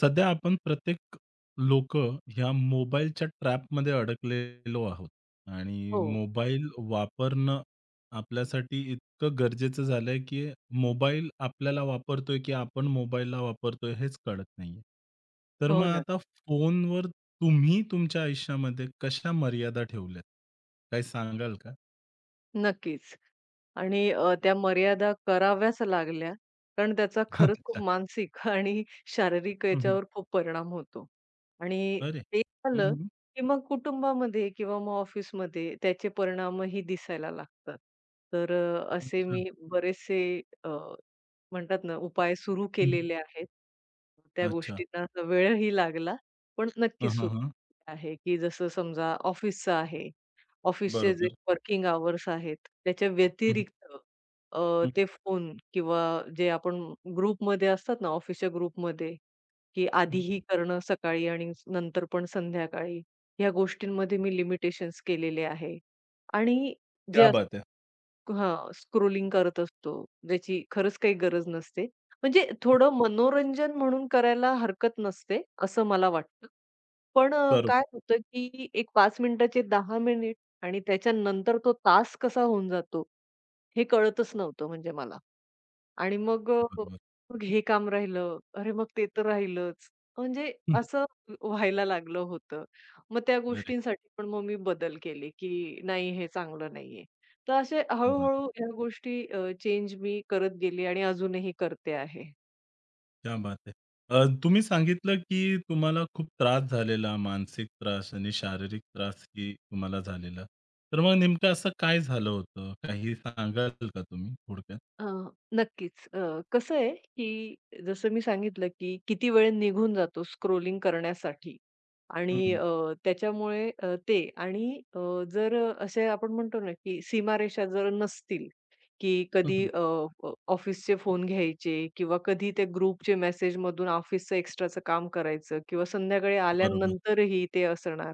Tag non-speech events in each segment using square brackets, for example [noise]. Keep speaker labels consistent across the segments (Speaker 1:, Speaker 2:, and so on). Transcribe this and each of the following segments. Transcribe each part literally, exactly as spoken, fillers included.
Speaker 1: सध्या आपण प्रत्येक लोक ह्या मोबाईलच्या ट्रॅपमध्ये अडकलेलो आहोत आणि
Speaker 2: हो,
Speaker 1: मोबाईल वापरणं आपल्यासाठी इतकं गरजेचं झालंय, की मोबाईल आपल्याला वापरतोय, की आपण मोबाईलला वापरतोय हेच कळत नाहीये. तर मग
Speaker 2: हो ना.
Speaker 1: आता फोनवर तुम्ही तुमच्या आयुष्यामध्ये कशा मर्यादा ठेवल्यात? काही सांगाल का?
Speaker 2: नक्कीच. आणि अ, त्या मर्यादा कराव्याच लागल्या, कारण त्याचा
Speaker 1: [laughs]
Speaker 2: खरंच खूप
Speaker 1: अच्छा.
Speaker 2: मानसिक [laughs] आणि शारीरिक
Speaker 1: हं,
Speaker 2: याच्यावर खूप परिणाम होतो. आणि
Speaker 1: अरे!
Speaker 2: ते झालं,
Speaker 1: हं,
Speaker 2: की मग कुटुंबामध्ये किंवा मग ऑफिसमध्ये त्याचे परिणामही दिसायला लागतात. तर अ, असे
Speaker 1: अच्छा.
Speaker 2: मी बरेचसे अ म्हणतात ना, उपाय सुरू
Speaker 1: हं,
Speaker 2: केलेले आहेत. त्या
Speaker 1: अच्छा.
Speaker 2: गोष्टींना असा वेळही लागला, पण
Speaker 1: हं,
Speaker 2: नक्कीच
Speaker 1: हं,
Speaker 2: सुरू
Speaker 1: हं.
Speaker 2: आहे, की जसं समजा ऑफिसचं आहे. ऑफिसचे जे
Speaker 1: बरोबर.
Speaker 2: वर्किंग अवर्स आहेत, त्याच्या
Speaker 1: हं, हं.
Speaker 2: व्यतिरिक्त अ,
Speaker 1: हं,
Speaker 2: ते फोन किंवा जे आपण ग्रुपमध्ये असतात ना, ऑफिसच्या ग्रुपमध्ये, की आधीही करणं सकाळी आणि नंतर पण संध्याकाळी, ह्या गोष्टींमध्ये मी लिमिटेशन्स केलेले आहे. आणि जे
Speaker 1: क्या बात है!
Speaker 2: हां, स्क्रोलिंग करत असतो, ज्याची खरंच काही गरज नसते. म्हणजे थोडं मनोरंजन म्हणून करायला हरकत नसते, असं मला वाटतं. पण अ, काय
Speaker 1: बरोबर.
Speaker 2: होतं, की एक पाच मिनिटाचे दहा मिनिट आणि त्याच्यानंतर तो तास कसा होऊन जातो, हे कळतच नव्हतं म्हणजे मला. आणि मग
Speaker 1: अगदी
Speaker 2: अ,
Speaker 1: बरोबर.
Speaker 2: मग हे काम राहिलं, अरे मग ते तर राहिलंच. म्हणजे
Speaker 1: हं.
Speaker 2: असं व्हायला लागलं होतं. मग त्या
Speaker 1: अरे,
Speaker 2: गोष्टींसाठी पण मग मी बदल केले, की नाही हे चांगलं नाहीये. तर असे
Speaker 1: क्या बात
Speaker 2: हळू-हळू
Speaker 1: है!
Speaker 2: ह्या गोष्टी अ, चेंज मी करत गेली आणि अजूनही करते आहे.
Speaker 1: क्या बात है! अ, तुम्ही सांगितलं, की तुम्हाला खूप त्रास झालेला, मानसिक त्रास आणि शारीरिक त्रास ही तुम्हाला झालेला. तर मग नेमकं असं काय झालं होतं? काही सांगाल का तुम्ही थोडक्यात?
Speaker 2: अ, नक्कीच. अ, कसं आहे, की जसं मी सांगितलं, की किती वेळ निघून जातो स्क्रोलिंग करण्यासाठी आणि
Speaker 1: हं, हं.
Speaker 2: अ, त्याच्यामुळे अ, ते आणि अ, जर असे आपण म्हणतो ना, की सीमारेषा जर नसतील, की
Speaker 1: हं,
Speaker 2: कधी
Speaker 1: हं.
Speaker 2: अ, अ, ऑफिसचे फोन घ्यायचे किंवा कधी ते ग्रुपचे मेसेजमधून ऑफिसचं एक्स्ट्राचं काम करायचं किंवा संध्याकाळी
Speaker 1: बरोबर,
Speaker 2: आल्यानंतरही ते असणार.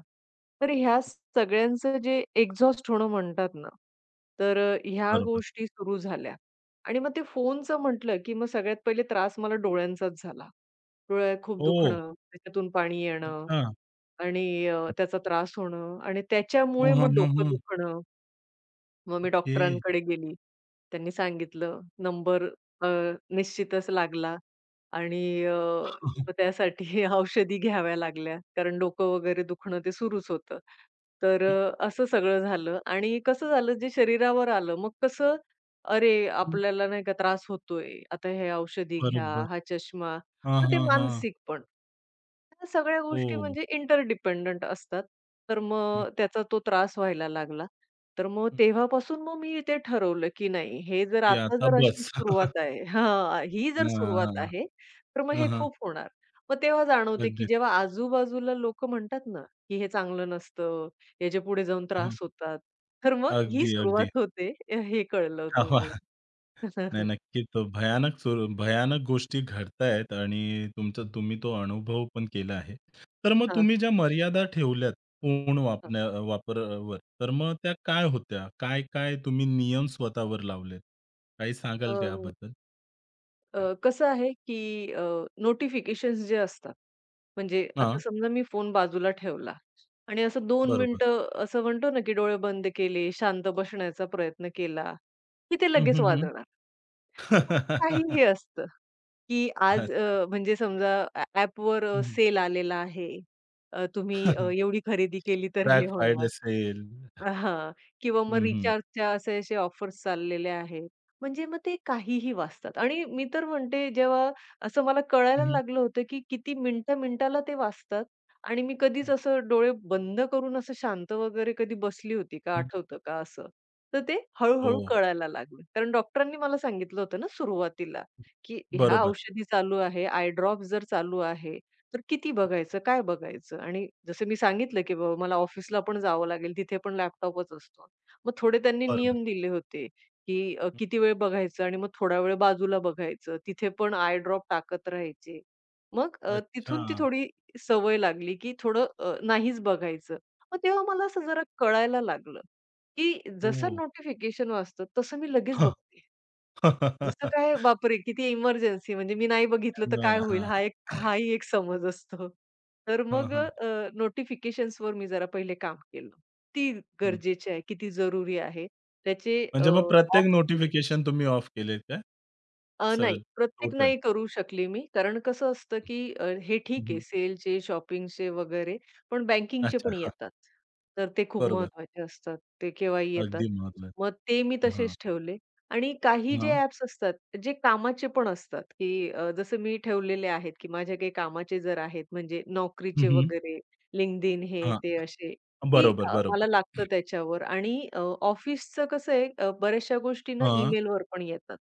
Speaker 2: तर ह्या सगळ्यांचं जे एक्झॉस्ट होणं म्हणतात ना, तर ह्या
Speaker 1: बरोबर.
Speaker 2: गोष्टी सुरू झाल्या. आणि मग ते फोनचं म्हटलं, की मग सगळ्यात पहिले त्रास मला डोळ्यांचाच झाला. डोळ्यात खूप
Speaker 1: ओह!
Speaker 2: दुखणं, त्याच्यातून पाणी येणं
Speaker 1: अच्छा.
Speaker 2: आणि अ, त्याचा त्रास होणं आणि
Speaker 1: हं,
Speaker 2: त्याच्यामुळे
Speaker 1: हं,
Speaker 2: मग
Speaker 1: हं,
Speaker 2: डोकं
Speaker 1: हं.
Speaker 2: दुखणं. मग मी
Speaker 1: ओके.
Speaker 2: डॉक्टरांकडे गेली. त्यांनी सांगितलं नंबर अ, निश्चितच लागला आणि अ,
Speaker 1: हं,
Speaker 2: मग त्यासाठी [laughs] औषधी घ्याव्या लागल्या. कारण डोकं वगैरे दुखणं ते सुरूच होतं. तर
Speaker 1: हं.
Speaker 2: अ, असं सगळं झालं आणि कसं झालं जे शरीरावर आलं मग कसं अरे, आपल्याला नाही का त्रास होतोय, आता हे औषधी घ्या,
Speaker 1: बरोबर.
Speaker 2: हा चष्मा,
Speaker 1: हां,
Speaker 2: मग ते
Speaker 1: हां, हां.
Speaker 2: मानसिक पण. ह्या सगळ्या गोष्टी
Speaker 1: हो.
Speaker 2: म्हणजे इंटरडिपेंडंट असतात. तर
Speaker 1: हं,
Speaker 2: मग त्याचा तो त्रास व्हायला लागला. तर मग
Speaker 1: हं.
Speaker 2: तेव्हापासून मग मी ते ठरवलं, की नाही हे जर
Speaker 1: की
Speaker 2: आता
Speaker 1: आता
Speaker 2: जर अशी
Speaker 1: बस. [laughs]
Speaker 2: सुरुवात आहे हां, ही जर
Speaker 1: हां, हां.
Speaker 2: सुरुवात आहे, तर मग
Speaker 1: हां,
Speaker 2: हे
Speaker 1: हां.
Speaker 2: खूप होणार. मग तेव्हा जाणवते, की
Speaker 1: अगदीच.
Speaker 2: जेव्हा आजूबाजूला लोकं म्हणतात ना, की हे चांगलं नसतं, याच्या पुढे जाऊन
Speaker 1: हां.
Speaker 2: त्रास होतात. तर मग ही
Speaker 1: अगदी, अगदी.
Speaker 2: सुरुवात होते हे कळलं होतं मला.
Speaker 1: [laughs] नाही,
Speaker 2: [laughs]
Speaker 1: नक्कीच भयानक सुरू भयानक गोष्टी घडतायत आणि तुमचा तुम्ही तो अनुभव पण केला आहे. तर मग
Speaker 2: हां,
Speaker 1: तुम्ही ज्या मर्यादा ठेवल्यात फोन
Speaker 2: हां.
Speaker 1: वापरण्या वापरावर, तर मग त्या काय होत्या? काय-काय तुम्ही नियम स्वतःवर लावलेत? काही सांगाल
Speaker 2: हो,
Speaker 1: का
Speaker 2: हो.
Speaker 1: याबद्दल?
Speaker 2: अ, कसं आहे, की अ, नोटिफिकेशन्स जे असतात, म्हणजे आता
Speaker 1: हां,
Speaker 2: समजा मी फोन बाजूला ठेवला आणि असं दोन
Speaker 1: बरोबर.
Speaker 2: मिनिटं असं म्हणतो ना, की डोळे बंद केले, शांत बसण्याचा प्रयत्न केला, की ते
Speaker 1: हं,
Speaker 2: लगेच
Speaker 1: हं, हं.
Speaker 2: वाजणार. मग ते काहीही
Speaker 1: [laughs]
Speaker 2: असतं, की आज
Speaker 1: अच्छा.
Speaker 2: अ, म्हणजे समजा ॲ
Speaker 1: हं, हं.
Speaker 2: सेल आलेला आहे. अ, तुम्ही अ,
Speaker 1: [laughs]
Speaker 2: एवढी खरेदी केली तर
Speaker 1: ब्लॅक
Speaker 2: हे
Speaker 1: फ्रायडे
Speaker 2: होणार.
Speaker 1: सेल.
Speaker 2: हां. किंवा मग
Speaker 1: हं, हं.
Speaker 2: रिचार्जच्या असे असे ऑफर्स चाललेले आहेत. म्हणजे मग ते काहीही वाचतात आणि मी तर म्हणते जेव्हा असं मला कळायला
Speaker 1: हं, हं.
Speaker 2: लागलं होतं, की किती मिनिटा-मिनिटाला ते वाचतात आणि मी कधीच
Speaker 1: हं,
Speaker 2: असं डोळे बंद करून असं शांत वगैरे कधी बसली होती का, आठवतं का असं. तर ते
Speaker 1: हो.
Speaker 2: हळू कळायला लागलं. कारण डॉक्टरांनी मला सांगितलं होतं ना सुरुवातीला, की ह्या
Speaker 1: बरोबर,
Speaker 2: औषधी चालू आहे, आय ड्रॉप जर चालू आहे तर किती बघायचं, काय बघायचं? आणि जसं मी सांगितलं, की बाबा मला ऑफिसला पण जावं लागेल, तिथे पण लॅपटॉपच असतो. मग थोडे त्यांनी
Speaker 1: बरोबर.
Speaker 2: नियम दिले होते, की अ, किती वेळ बघायचं आणि मग थोडा वेळ बाजूला बघायचं. तिथे पण आय ड्रॉप टाकत राहायचे. मग अ,
Speaker 1: अच्छा.
Speaker 2: तिथून ती थोडी सवय लागली, की थोडं अ, नाहीच बघायचं. मग तेव्हा मला असं जरा कळायला लागलं, की जसं
Speaker 1: हो.
Speaker 2: नोटिफिकेशन वाजतं, तसं मी लगेच
Speaker 1: हो.
Speaker 2: बघते. जसं
Speaker 1: [laughs]
Speaker 2: काय बापरे! किती इमर्जन्सी म्हणजे मी नाही बघितलं तर
Speaker 1: त्यामुळे
Speaker 2: काय होईल?
Speaker 1: हां,
Speaker 2: हा एक हाही एक समज असतो. तर
Speaker 1: हां,
Speaker 2: मग
Speaker 1: हां,
Speaker 2: नोटिफिकेशन्स वर मी जरा पहिले काम केलं. ती
Speaker 1: हं.
Speaker 2: गरजेचे आहे, किती जरुरी आहे त्याचे अ,
Speaker 1: म्हणजे मग प्रत्येक
Speaker 2: ऑफ केले.
Speaker 1: नोटिफिकेशन तुम्ही ऑफ केलेत काय?
Speaker 2: अ,
Speaker 1: असं
Speaker 2: नाही, प्रत्येक
Speaker 1: टोटल?
Speaker 2: नाही करू शकली मी. कारण कसं असतं, की अ, हे ठीक आहे सेलचे, शॉपिंगचे वगैरे, पण बँकिंगचे
Speaker 1: अच्छा.
Speaker 2: पण
Speaker 1: हां,
Speaker 2: येतात. तर ते खूप
Speaker 1: बरोबर.
Speaker 2: महत्त्वाचे असतात. ते केव्हाही येतात.
Speaker 1: अगदी
Speaker 2: मग
Speaker 1: महत्वाचं.
Speaker 2: ते मी
Speaker 1: हां,
Speaker 2: तसेच ठेवले आणि काही जे
Speaker 1: हां.
Speaker 2: ॲप्स असतात, जे कामाचे पण असतात, की अ, जसं मी ठेवलेले आहेत, की माझ्या काही कामाचे जर आहेत म्हणजे
Speaker 1: हं,
Speaker 2: नोकरीचे
Speaker 1: हं.
Speaker 2: वगैरे LinkedIn हे
Speaker 1: हां.
Speaker 2: ते असे की
Speaker 1: बरोबर,
Speaker 2: अ,
Speaker 1: बरोबर.
Speaker 2: मला लागतं त्याच्यावर आणि अ, ऑफिसचं कसं आहे अ, बऱ्याचशा गोष्टी ना
Speaker 1: हां.
Speaker 2: ईमेलवर पण येतात.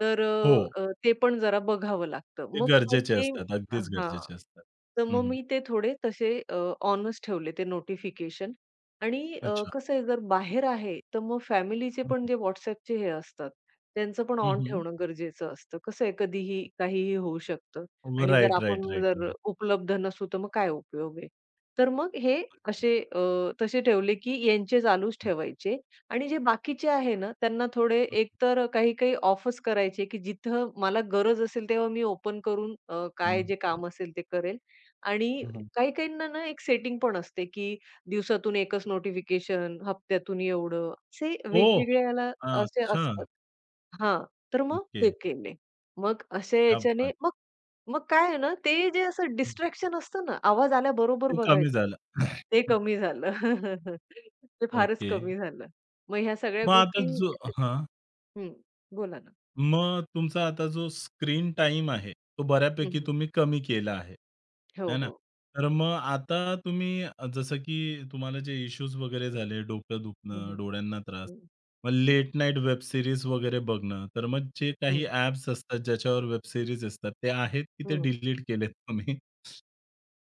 Speaker 2: तर
Speaker 1: हो.
Speaker 2: अ, अ, ते पण जरा बघावं लागतं.
Speaker 1: ते
Speaker 2: मग अ,
Speaker 1: गरजेचे
Speaker 2: ते
Speaker 1: असतात. अगदीच
Speaker 2: हां.
Speaker 1: गरजेचे असतात.
Speaker 2: तर
Speaker 1: हं,
Speaker 2: मग
Speaker 1: हं.
Speaker 2: मी ते थोडे तसे अ, ऑनच ठेवले ते नोटिफिकेशन आणि अ,
Speaker 1: अच्छा.
Speaker 2: कसं आहे जर बाहेर आहे, तर मग फॅमिलीचे
Speaker 1: हं,
Speaker 2: पण
Speaker 1: हं.
Speaker 2: जे WhatsAppचे हे असतात, त्यांचं पण
Speaker 1: हं,
Speaker 2: ऑन
Speaker 1: हं.
Speaker 2: ठेवणं गरजेचं असतं. कसं आहे कधीही काहीही होऊ शकतं आणि जर
Speaker 1: राइट, राइट,
Speaker 2: आपण
Speaker 1: राइट.
Speaker 2: जर
Speaker 1: हं,
Speaker 2: उपलब्ध नसू, तर मग काय उपयोग आहे? तर मग हे असे अ, तसे ठेवले, की यांचे चालूच ठेवायचे आणि जे बाकीचे आहे ना, त्यांना थोडे
Speaker 1: हं.
Speaker 2: एकतर काही-काही ऑफच करायचे, की जिथं मला गरज असेल तेव्हा मी ओपन करून अ,
Speaker 1: अं,
Speaker 2: काय जे काम असेल ते करेल आणि
Speaker 1: हं, हं.
Speaker 2: काही-काहींना ना एक सेटिंग पण असते, की दिवसातून एकच नोटिफिकेशन, हप्त्यातून एवढं, असे
Speaker 1: ओह!
Speaker 2: वेगवेगळे याला असे
Speaker 1: अच्छा.
Speaker 2: असतात. हां, तर मग
Speaker 1: ओके.
Speaker 2: ते केले. मग अशा
Speaker 1: क्या
Speaker 2: याच्याने
Speaker 1: बात है!
Speaker 2: मग मग काय आहे ना, ते जे असं डिस्ट्रॅक्शन असतं ना, आवाज आल्याबरोबर
Speaker 1: ते कमी
Speaker 2: बघायचं.
Speaker 1: झालं. [laughs]
Speaker 2: ते
Speaker 1: हं.
Speaker 2: कमी झालं. [laughs] ते फारच
Speaker 1: ओके.
Speaker 2: कमी झालं. मग ह्या सगळ्या
Speaker 1: मग आता
Speaker 2: गोष्टी
Speaker 1: जो हां.
Speaker 2: हं, बोला ना.
Speaker 1: मग तुमचा आता जो स्क्रीन टाईम आहे, तो
Speaker 2: हं,
Speaker 1: बऱ्यापैकी
Speaker 2: हं.
Speaker 1: तुम्ही कमी केला आहे.
Speaker 2: हो,
Speaker 1: है ना?
Speaker 2: हो.
Speaker 1: तर मग आता तुम्ही अ, जसं की तुम्हाला जे इश्यूज वगैरे झाले, डोकं
Speaker 2: हं,
Speaker 1: दुखणं,
Speaker 2: हं.
Speaker 1: डोळ्यांना त्रास,
Speaker 2: हं,
Speaker 1: मग लेट नाईट वेब सीरीज वगैरे बघणं, तर मग जे काही
Speaker 2: हं,
Speaker 1: ॲप्स असतात, ज्याच्यावर वेब सीरीज असतात, ते आहेत की ते
Speaker 2: हं.
Speaker 1: डिलीट केलेत तुम्ही?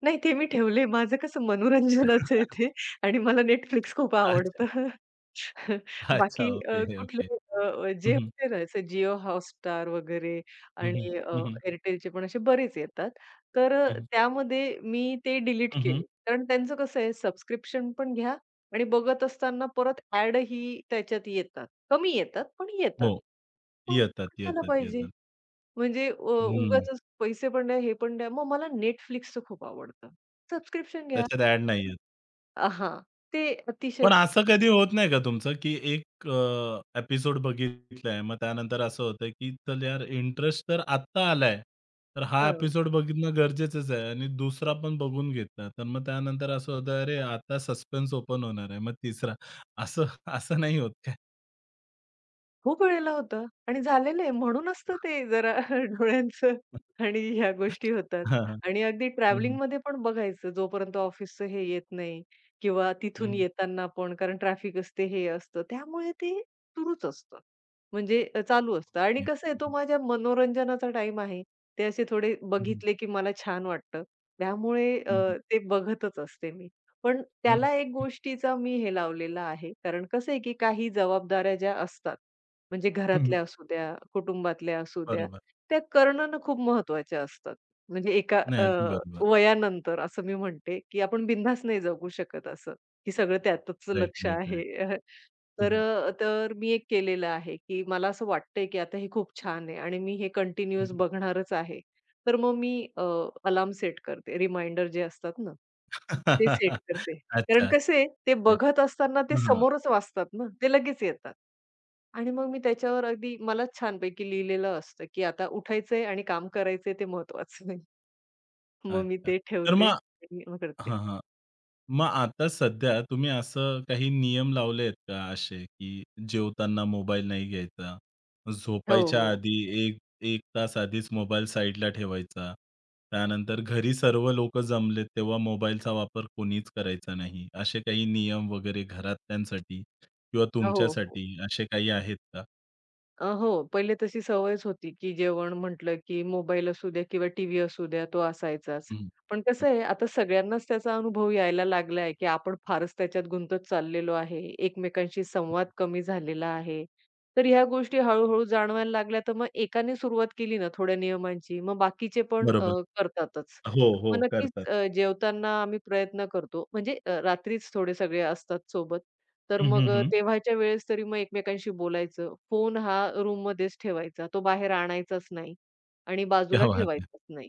Speaker 2: नाही, ते मी ठेवले. माझं कसं मनोरंजनाचं आहे ते
Speaker 1: [laughs]
Speaker 2: आणि मला Netflix खूप
Speaker 1: अच्छा.
Speaker 2: आवडतं. [laughs]
Speaker 1: अच्छा.
Speaker 2: बाकी अ,
Speaker 1: ओके, ओके.
Speaker 2: कुठले अ, जे
Speaker 1: हं, हं.
Speaker 2: होते ना, असं Jio Hotstar वगैरे
Speaker 1: हं, हं.
Speaker 2: आणि अ,
Speaker 1: हं, हं.
Speaker 2: Airtelचे पण असे बरेच येतात. तर अ, त्यामध्ये मी ते डिलीट केले. कारण त्यांचं कसं आहे सबस्क्रिप्शन पण घ्या आणि बघत असताना परत ॲडही त्याच्यात येतात. कमी येतात, पण येतात.
Speaker 1: हो.
Speaker 2: मग ते
Speaker 1: येतात,
Speaker 2: कशाला
Speaker 1: येतात,
Speaker 2: पाहिजे?
Speaker 1: येतात.
Speaker 2: म्हणजे अ, हं.
Speaker 1: हं.
Speaker 2: उगाचच पैसे पण द्या, हे पण द्या. मग मला Netflixचं खूप आवडतं. सबस्क्रिप्शन घ्या
Speaker 1: त्याच्यात ॲड
Speaker 2: आणि
Speaker 1: नाहीयेत.
Speaker 2: हां, ते अतिशय
Speaker 1: पण असं कधी होत नाही का तुमचं, की एक अ, एपिसोड बघितलाय, मग त्यानंतर असं होतं, की चल यार इंटरेस्ट तर आत्ता आलाय, तर हा
Speaker 2: हां.
Speaker 1: एपिसोड बघणं गरजेचंच आहे आणि दुसरा पण बघून घेतला. तर मग त्यानंतर असं होतं, "अरे, आता सस्पेन्स ओपन होणार आहे." मग तिसरा. असं असं नाही होत काय?
Speaker 2: खूप वेळेला होतं आणि झालेलं आहे. म्हणूनच तर ते जरा [laughs] डोळ्यांचं आणि ह्या गोष्टी होतात.
Speaker 1: हां, हां.
Speaker 2: आणि अगदी
Speaker 1: हं, हं.
Speaker 2: ट्रॅव्हलिंगमध्ये पण बघायचं जोपर्यंत ऑफिसचं हे येत नाही किंवा
Speaker 1: हं,
Speaker 2: तिथून
Speaker 1: हं.
Speaker 2: येताना पण कारण ट्रॅफिक असते, हे असतं. त्यामुळे ते सुरूच असतं. म्हणजे अ, चालू असतं आणि
Speaker 1: हं,
Speaker 2: कसं आहे तो
Speaker 1: हं.
Speaker 2: माझ्या मनोरंजनाचा टाईम आहे. ते असे थोडे
Speaker 1: हं,
Speaker 2: बघितले की मला छान वाटतं. त्यामुळे अ, ते बघतच असते मी. पण त्याला एक गोष्टीचा मी हे लावलेला आहे. कारण कसं आहे की काही जबाबदाऱ्या ज्या असतात म्हणजे घरातल्या असू द्या, कुटुंबातल्या असू द्या,
Speaker 1: बरोबर.
Speaker 2: त्या करणं ना खूप महत्त्वाच्या असतात. म्हणजे एका
Speaker 1: नाही,
Speaker 2: अ,
Speaker 1: अगदी बरोबर.
Speaker 2: वयानंतर असं मी म्हणते, की आपण बिनधास्त नाही जगू शकत असं, की सगळं त्यातच
Speaker 1: राइट,
Speaker 2: लक्ष
Speaker 1: राइट,
Speaker 2: आहे.
Speaker 1: राइट.
Speaker 2: [laughs] तर अ, तर मी एक केलेलं आहे, की मला असं वाटतंय, की आता हे खूप छान आहे आणि मी हे
Speaker 1: हं,
Speaker 2: कंटिन्यूअस
Speaker 1: हं.
Speaker 2: बघणारच आहे. तर मग मी अलार्म सेट करते. रिमाइंडर जे असतात ना, ते सेट
Speaker 1: [laughs]
Speaker 2: करते. कारण
Speaker 1: अच्छा.
Speaker 2: कसं आहे, ते बघत असताना ते
Speaker 1: हां, हां.
Speaker 2: समोरच वाचतात ना, ते लगेच येतात. आणि मग मी त्याच्यावर अगदी मलाच छानपैकी लिहिलेलं असतं, की आता उठायचंय आणि काम करायचंय ते महत्वाचं नाही. मग मी
Speaker 1: अच्छा.
Speaker 2: ते
Speaker 1: तर
Speaker 2: ठेवते
Speaker 1: मग
Speaker 2: आणि मग करते.
Speaker 1: हां, हां. मग आता सध्या तुम्ही असं काही नियम लावले आहेत का असे, की जेवताना मोबाईल नाही घ्यायचा,
Speaker 2: हो,
Speaker 1: झोपायच्या
Speaker 2: हो.
Speaker 1: आधी एक 1 तास आधीच मोबाईल साइडला ठेवायचा, त्यानंतर घरी सर्व लोकं जमलेत तेव्हा मोबाईलचा वापर कोणीच करायचा नाही, असे काही नियम वगैरे घरातल्यांसाठी किंवा
Speaker 2: हो, हो.
Speaker 1: तुमच्यासाठी असे काही आहेत का?
Speaker 2: अ, हो. पहिले तशी सवयच होती, की जेवण म्हटलं, की मोबाईल असू द्या किंवा टीव्ही असू द्या, तो असायचाच.
Speaker 1: हं.
Speaker 2: पण कसं आहे, आता सगळ्यांनाच त्याचा अनुभव यायला लागला आहे, की आपण फारच त्याच्यात गुंतत चाललेलो आहे. एकमेकांशी संवाद कमी झालेला आहे. तर ह्या गोष्टी हळू जाणवायला लागल्या, तर मग एकाने सुरुवात केली ना थोड्या नियमांची, मग बाकीचे पण अ,
Speaker 1: बरोबर.
Speaker 2: करतातच.
Speaker 1: हो, हो.
Speaker 2: मग
Speaker 1: करतात.
Speaker 2: नक्कीच अ, जेवताना आम्ही प्रयत्न करतो. म्हणजे अ, रात्रीच थोडे सगळे असतात सोबत. तर
Speaker 1: हं,
Speaker 2: मग
Speaker 1: हं,
Speaker 2: अ,
Speaker 1: हं.
Speaker 2: तेव्हाच्या वेळेस तरी मग एकमेकांशी बोलायचं. फोन हा रूममध्येच ठेवायचा. तो बाहेर आणायचाच नाही आणि बाजूला
Speaker 1: क्या बात है!
Speaker 2: ठेवायचाच नाही.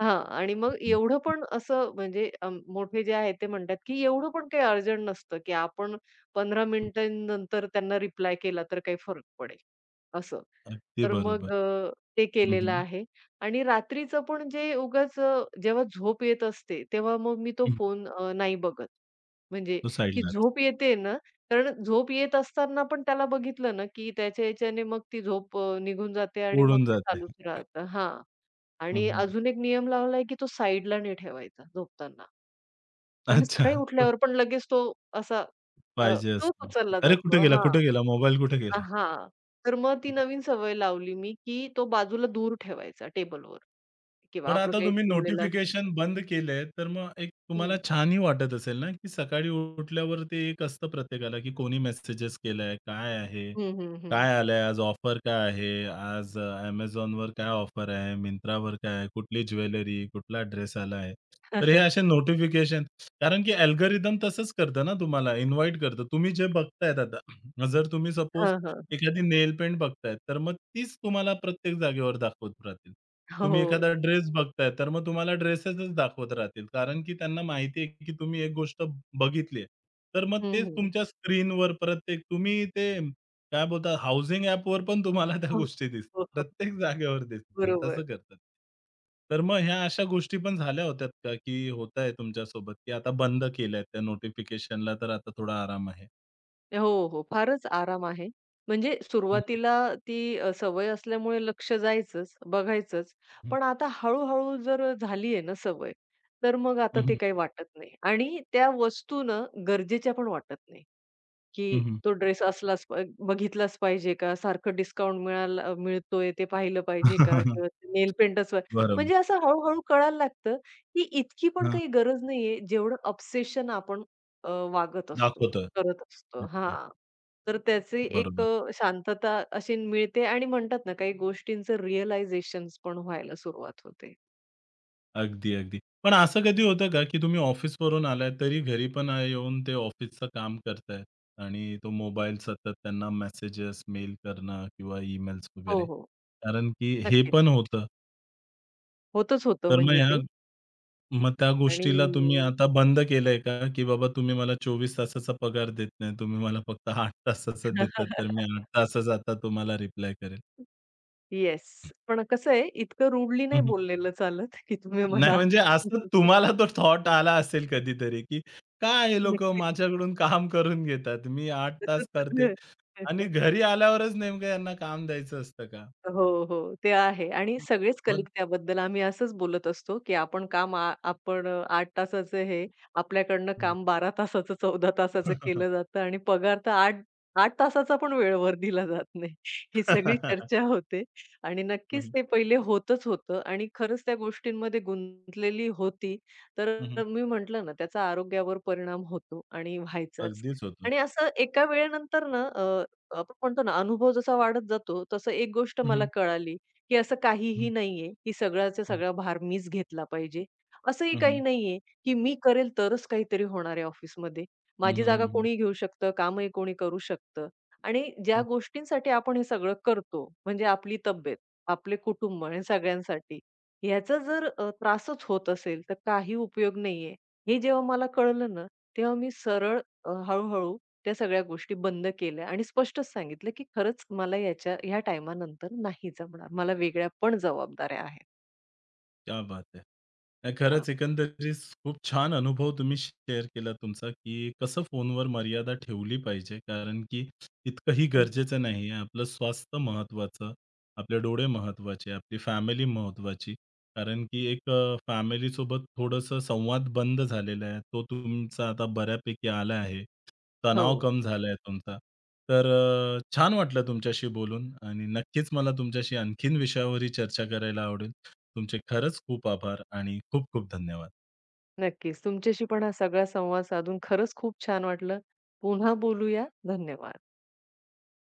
Speaker 2: हां. आणि मग
Speaker 1: हं.
Speaker 2: एवढं पण असं म्हणजे अ, मोठे जे आहेत ते म्हणतात, की एवढं पण काही अर्जंट नसतं, की आपण पंधरा मिनिटांनंतर त्यांना रिप्लाय केला तर काही फरक पडेल, असं.
Speaker 1: अगदी
Speaker 2: तर मग
Speaker 1: बरोबर.
Speaker 2: अ, ते
Speaker 1: हं,
Speaker 2: केलेलं
Speaker 1: हं.
Speaker 2: आहे आणि रात्रीचं पण जे उगाच अ, जेव्हा झोप येत असते, तेव्हा मग मी तो
Speaker 1: हं.
Speaker 2: फोन अ, नाही बघत. म्हणजे
Speaker 1: तो
Speaker 2: ती
Speaker 1: साइडलाच
Speaker 2: झोप येते ना, कारण झोप येत असताना पण त्याला बघितलं ना, की त्याच्या याच्याने मग ती झोप अ, निघून जाते आणि मग
Speaker 1: उडून
Speaker 2: ते
Speaker 1: जाते.
Speaker 2: चालूच राहतं. हां.
Speaker 1: हं,
Speaker 2: आणि
Speaker 1: हं.
Speaker 2: अजून एक नियम लावलाय, की तो साइडला नाही ठेवायचा झोपताना. कारण
Speaker 1: अच्छा.
Speaker 2: सकाळी
Speaker 1: तो
Speaker 2: उठल्यावर पण लगेच तो असा अ,
Speaker 1: पाहिजे
Speaker 2: तोच
Speaker 1: असतो.
Speaker 2: उचलला
Speaker 1: अरे, कुठे
Speaker 2: जातो.
Speaker 1: गेला,
Speaker 2: हां,
Speaker 1: कुठे गेला? मोबाईल कुठे
Speaker 2: अ,
Speaker 1: गेला?
Speaker 2: हां. तर मग ती नवीन सवय लावली मी, की तो बाजूला दूर ठेवायचा टेबलवर किंवा
Speaker 1: पण
Speaker 2: आपलं
Speaker 1: आता
Speaker 2: काही
Speaker 1: तुम्ही
Speaker 2: ठेवलेलं असेल तर.
Speaker 1: नोटिफिकेशन बंद केले, तर मग एक तुम्हाला
Speaker 2: हं.
Speaker 1: छानही वाटत असेल ना, की सकाळी उठल्यावर ते एक असतं प्रत्येकाला, की कोणी मेसेजेस केलाय, काय आहे,
Speaker 2: हं, हं, हं.
Speaker 1: काय आलंय, आज ऑफर काय आहे, आज Amazonवर काय ऑफर आहे, Myntraवर काय आहे, कुठली ज्वेलरी, कुठला ड्रेस आला आहे. तर हे
Speaker 2: हां,
Speaker 1: असे नोटिफिकेशन कारण की अल्गोरिदम तसंच करतं ना तुम्हाला, इन्व्हाईट करतं. तुम्ही जे बघतायत आता जर तुम्ही सपोज
Speaker 2: हां. [laughs]
Speaker 1: एखादी नेल पेंट बघताय, तर मग तीच तुम्हाला प्रत्येक जागेवर दाखवत राहतील. तुम्ही
Speaker 2: हो.
Speaker 1: एखादा ड्रेस बघताय, तर मग तुम्हाला ड्रेसेसच दाखवत राहतील. कारण की त्यांना माहिती आहे, की तुम्ही एक गोष्ट बघितली आहे. तर मग
Speaker 2: हं,
Speaker 1: तेच
Speaker 2: हं.
Speaker 1: तुमच्या स्क्रीनवर प्रत्येक तुम्ही ते काय बोलतात हाउसिंग ॲपवर पण तुम्हाला त्या
Speaker 2: हो.
Speaker 1: गोष्टी दिसतील.
Speaker 2: हो, हो.
Speaker 1: प्रत्येक जागेवर दिसतील.
Speaker 2: बरोबर.
Speaker 1: तसं करतात. तर मग ह्या अशा गोष्टी पण झाल्या होत्यात का, की होतंय तुमच्यासोबत, की आता बंद केलंय त्या नोटिफिकेशनला तर आता थोडा आराम आहे?
Speaker 2: हो, हो. फारच आराम आहे. म्हणजे
Speaker 1: हं.
Speaker 2: सुरुवातीला ती अ, सवय असल्यामुळे लक्ष जायचंच, बघायचंच. पण आता हळू-हळू जर झाली आहे ना सवय, तर मग आता
Speaker 1: हं,
Speaker 2: ते
Speaker 1: हं.
Speaker 2: काही वाटत नाही आणि त्या वस्तू ना गरजेच्या पण वाटत नाही.
Speaker 1: हं,
Speaker 2: की
Speaker 1: हं.
Speaker 2: तो ड्रेस असलाच प बघितलाच पाहिजे का? सारखं डिस्काउंट मिळाला मिळतोय ते पाहिलं पाहिजे का?
Speaker 1: [laughs]
Speaker 2: किंवा नेल पेंटच
Speaker 1: बरोबर.
Speaker 2: म्हणजे असं हळू-हळू कळायला लागतं, की इतकी पण
Speaker 1: हां,
Speaker 2: काही गरज नाहीये, जेवढं ऑब्सेशन आपण अ, वागत असतो,
Speaker 1: दाखवतं.
Speaker 2: करत असतो.
Speaker 1: नक्कीच.
Speaker 2: हां. तर त्याची एक
Speaker 1: बरोबर.
Speaker 2: अ, शांतता अशी मिळते आणि म्हणतात ना, काही गोष्टींचं रिअलायझेशन्स पण व्हायला सुरुवात होते.
Speaker 1: अगदी, अगदी. पण असं कधी होतं का, की तुम्ही ऑफिसवरून आलाय तरी घरी पण अ, येऊन ते ऑफिसचं काम करतायत आणि तो मोबाईल सतत त्यांना मेसेजेस, मेल करणं किंवा ईमेल्स वगैरे.
Speaker 2: हो, हो.
Speaker 1: कारण की हे
Speaker 2: नक्कीच.
Speaker 1: पण होतं.
Speaker 2: होतच होतं
Speaker 1: तर मग
Speaker 2: म्हणजे
Speaker 1: ह्या
Speaker 2: ते
Speaker 1: मग त्या
Speaker 2: आणि
Speaker 1: गोष्टीला तुम्ही आता बंद केलंय का, की बाबा तुम्ही मला चोवीस तासाचा पगार देत नाही. तुम्ही मला फक्त आठ तासाचा देतात, तर मी
Speaker 2: [laughs]
Speaker 1: आठ तासच आता तुम्हाला रिप्लाय करेल?
Speaker 2: येस. पण कसं आहे, इतकं रूडली नाही बोललेलं चालत, की तुम्ही
Speaker 1: नाही
Speaker 2: मला
Speaker 1: म्हणजे असं
Speaker 2: [laughs]
Speaker 1: तुम्हाला तो थॉट आला असेल कधीतरी, की काय हे लोकं
Speaker 2: नक्कीच.
Speaker 1: माझ्याकडून काम करून घेतात. मी आठ तास करते आणि घरी आल्यावरच नेमकं यांना काम द्यायचं असतं का?
Speaker 2: हो, हो. ते आहे आणि सगळेच
Speaker 1: मग
Speaker 2: कलिक त्याबद्दल आम्ही असंच बोलत असतो, की आपण काम आ आपण अ, आठ तासाचं हे, आपल्याकडनं काम बारा तासाचं, चौदा तासाचं
Speaker 1: [laughs] हं.
Speaker 2: केलं जातं आणि पगार तर आठ आठ तासाचा पण वेळेवर दिला जात नाही. [laughs] ही सगळी चर्चा होते आणि
Speaker 1: हं,
Speaker 2: नक्कीच
Speaker 1: हं.
Speaker 2: ते पहिले होतच होतं आणि खरंच त्या गोष्टींमध्ये गुंतलेली होती. तर
Speaker 1: हं, हं.
Speaker 2: मी म्हटलं ना, त्याचा आरोग्यावर परिणाम होतो आणि व्हायचाच.
Speaker 1: अगदीच होतं.
Speaker 2: आणि असं एका वेळेनंतर ना आपण म्हणतो ना, अनुभव जसा वाढत जातो, तसं एक गोष्ट
Speaker 1: हं,
Speaker 2: मला
Speaker 1: हं.
Speaker 2: कळाली, की असं काहीही
Speaker 1: हं,
Speaker 2: नाहीये, की सगळ्याचा
Speaker 1: हं.
Speaker 2: सगळा भार मीच घेतला पाहिजे. असंही
Speaker 1: हं, हं.
Speaker 2: काही नाहीये, की मी करेल तरच काहीतरी होणार आहे ऑफिसमध्ये. माझी जागा
Speaker 1: हं,
Speaker 2: कोणीही घेऊ शकतं, कामही कोणी करू शकतं आणि ज्या गोष्टींसाठी आपण हे सगळं करतो, म्हणजे आपली तब्येत, आपले कुटुंब आणि सगळ्यांसाठी, ह्याचा जर अ, त्रासच होत असेल, तर काही उपयोग नाहीये. हे जेव्हा मला कळलं ना, तेव्हा मी सरळ अ, हळू त्या सगळ्या गोष्टी बंद केल्या आणि स्पष्टच सांगितलं, की खरंच मला याच्या ह्या टाईमानंतर नाही जमणार. मला वेगळ्या पण जबाबदाऱ्या आहेत.
Speaker 1: क्या बात है! नाही
Speaker 2: हां.
Speaker 1: खरंच एकंदरीत खूप छान अनुभव तुम्ही शेअर केला तुमचा, की कसं फोनवर मर्यादा ठेवली पाहिजे. कारण की इतकंही
Speaker 2: हं.
Speaker 1: गरजेचं नाही आहे. आपलं स्वास्थ्य महत्त्वाचं, आपले डोळे महत्त्वाचे, आपली फॅमिली महत्त्वाची. कारण की एक अ, फॅमिलीसोबत थोडंसं संवाद बंद झालेला आहे. तो तुमचा आता बऱ्यापैकी आला आहे. तणाव
Speaker 2: हो,
Speaker 1: कम झाला आहे तुमचा. तर अ, छान वाटलं तुमच्याशी बोलून आणि नक्कीच मला तुमच्याशी आणखीन विषयावरही चर्चा करायला आवडेल. तुमचे खरंच खूप आभार आणि खूप खूप धन्यवाद.
Speaker 2: नक्कीच. तुमच्याशी पण हा सगळा संवाद साधून खरंच खूप छान वाटलं. पुन्हा बोलूया. धन्यवाद.